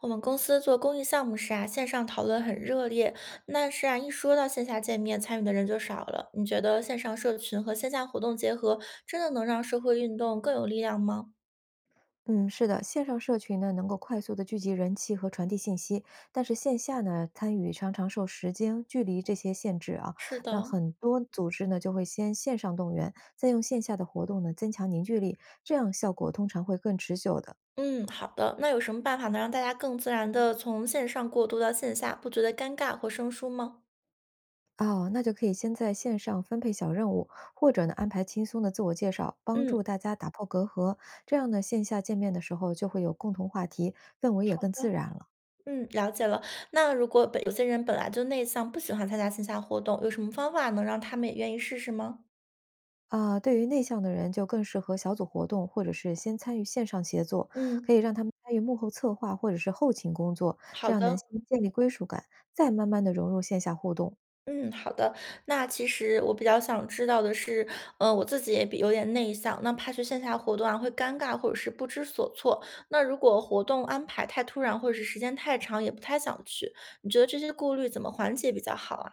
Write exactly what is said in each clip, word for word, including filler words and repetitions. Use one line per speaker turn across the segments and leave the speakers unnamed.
我们公司做公益项目时啊，线上讨论很热烈，但是啊，一说到线下见面，参与的人就少了。你觉得线上社群和线下活动结合，真的能让社会运动更有力量吗？
嗯，是的，线上社群呢能够快速的聚集人气和传递信息，但是线下呢参与常常受时间、距离这些限制啊。
是
那
的，
很多组织呢就会先线上动员，再用线下的活动呢增强凝聚力，这样效果通常会更持久的。
嗯，好的。那有什么办法能让大家更自然的从线上过渡到线下，不觉得尴尬或生疏吗？
哦，那就可以先在线上分配小任务，或者呢安排轻松的自我介绍，帮助
嗯，
大家打破隔阂。这样呢线下见面的时候就会有共同话题，氛围也
好
更自
的。
然了。
嗯，了解了。那如果本有些人本来就内向，不喜欢参加线下活动，有什么方法能让他们也愿意试试吗？
啊，对于内向的人，就更适合小组活动，或者是先参与线上协作，
嗯，
可以让他们参与幕后策划或者是后勤工作，这
好
样能
的。
先建立归属感，再慢慢的融入线下互动。
嗯，好的。那其实我比较想知道的是，呃，我自己也比有点内向，那怕去线下活动啊，会尴尬或者是不知所措。那如果活动安排太突然，或者是时间太长，也不太想去。你觉得这些顾虑怎么缓解比较好啊？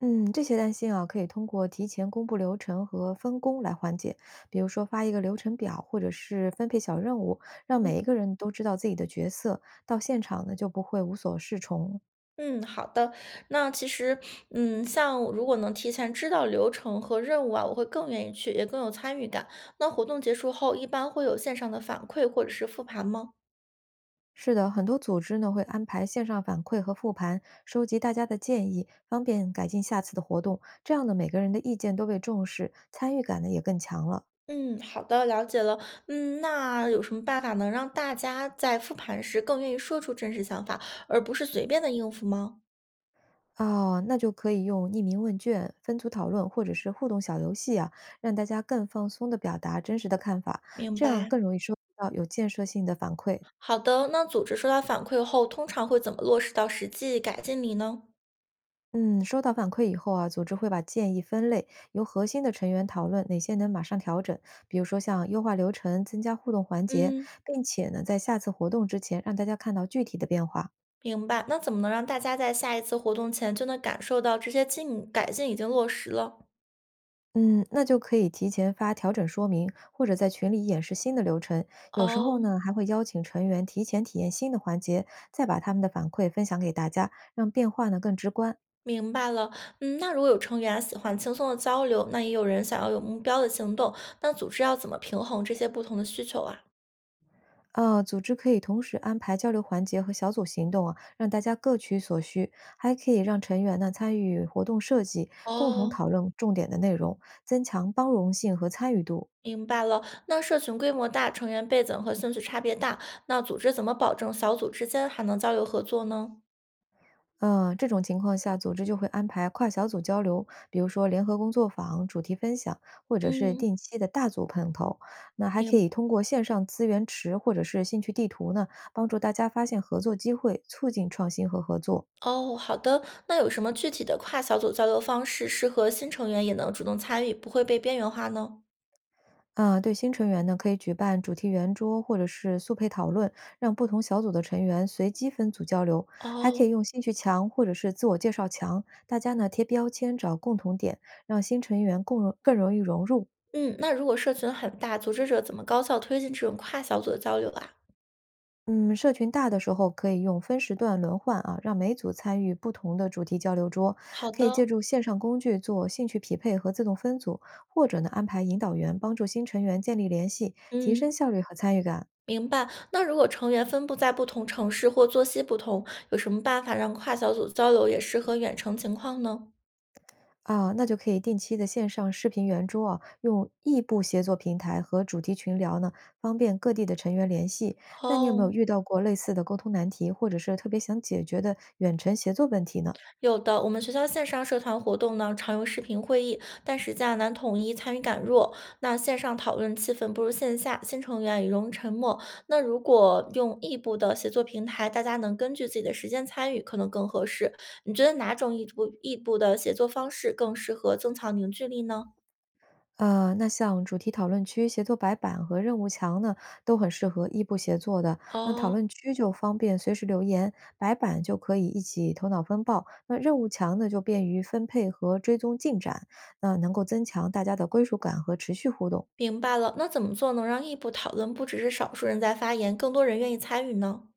嗯，这些担心啊，可以通过提前公布流程和分工来缓解，比如说发一个流程表，或者是分配小任务，让每一个人都知道自己的角色，到现场呢就不会无所适从。
嗯，好的。那其实，嗯，像如果能提前知道流程和任务啊，我会更愿意去，也更有参与感。那活动结束后，一般会有线上的反馈或者是复盘吗？
是的，很多组织呢会安排线上反馈和复盘，收集大家的建议，方便改进下次的活动。这样呢，每个人的意见都被重视，参与感呢也更强了。
嗯，好的，了解了。嗯，那有什么办法能让大家在复盘时更愿意说出真实想法，而不是随便的应付吗？
哦，那就可以用匿名问卷、分组讨论或者是互动小游戏啊，让大家更放松的表达真实的看法，
明
这样
白。
更容易收集到有建设性的反馈。
好的，那组织收到反馈后，通常会怎么落实到实际改进里呢？
嗯，收到反馈以后啊，组织会把建议分类，由核心的成员讨论哪些能马上调整，比如说像优化流程、增加互动环节，
嗯，
并且呢，在下次活动之前让大家看到具体的变化。
明白。那怎么能让大家在下一次活动前就能感受到这些进改进已经落实了？
嗯，那就可以提前发调整说明，或者在群里演示新的流程。有时候
哦，
呢，还会邀请成员提前体验新的环节，再把他们的反馈分享给大家，让变化呢更直观。
明白了。嗯，那如果有成员喜欢轻松的交流，那也有人想要有目标的行动，那组织要怎么平衡这些不同的需求啊？
呃，组织可以同时安排交流环节和小组行动啊，让大家各取所需，还可以让成员呢参与活动设计，共同
哦，
讨论重点的内容，增强包容性和参与度。
明白了，那社群规模大，成员背景和兴趣差别大，那组织怎么保证小组之间还能交流合作呢？
嗯，这种情况下，组织就会安排跨小组交流，比如说联合工作坊、主题分享，或者是
嗯，
定期的大组碰头。那还可
明，
以通过线上资源池或者是兴趣地图呢，帮助大家发现合作机会，促进创新和合作。
哦，好的，那有什么具体的跨小组交流方式适合新成员也能主动参与，不会被边缘化呢？
啊，对新成员呢，可以举办主题圆桌或者是速配讨论，让不同小组的成员随机分组交流，还可
哦，
以用兴趣墙或者是自我介绍墙，大家呢贴标签找共同点，让新成员更容更容易融入。
嗯，那如果社群很大，组织者怎么高效推进这种跨小组的交流啊？
嗯，社群大的时候可以用分时段轮换啊，让每组参与不同的主题交流桌，
好
可以
的，
借助线上工具做兴趣匹配和自动分组，或者呢安排引导员帮助新成员建立联系，提升
嗯，
效率和参与感。
明白。那如果成员分布在不同城市或作息不同，有什么办法让跨小组交流也适合远程情况呢？
啊，那就可以定期的线上视频圆桌啊，用异步协作平台和主题群聊呢，方便各地的成员联系。那你有没有
哦，
遇到过类似的沟通难题，或者是特别想解决的远程协作问题呢？
有的，我们学校线上社团活动呢，常用视频会议，但时间难统一，参与感弱。那线上讨论气氛不如线下，新成员也容易沉默。那如果用异步的协作平台，大家能根据自己的时间参与，可能更合适。你觉得哪种异步异步的协作方式更适合增强凝聚力呢？
呃，那像主题讨论区、协作白板和任务墙呢，都很适合异步协作的。那讨
哦，
论区就方便随时留言，白板就可以一起头脑风暴，那任务墙呢就便于分配和追踪进展，那能够增强大家的归属感和持续互动。
明白了。那怎么做能让异步讨论不只是少数人在发言，更多人愿意参与呢？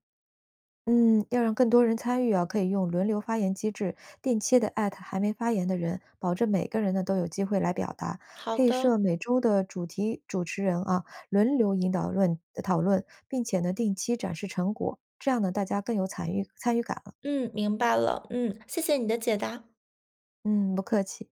嗯，要让更多人参与啊，可以用轮流发言机制，定期的艾特还没发言的人，保证每个人呢都有机会来表达。
好
可以
的，
设每周的主题主持人啊，轮流引导论讨论，并且呢定期展示成果，这样呢大家更有参与参与感了。
嗯，明白了，嗯，谢谢你的解答。
嗯，不客气。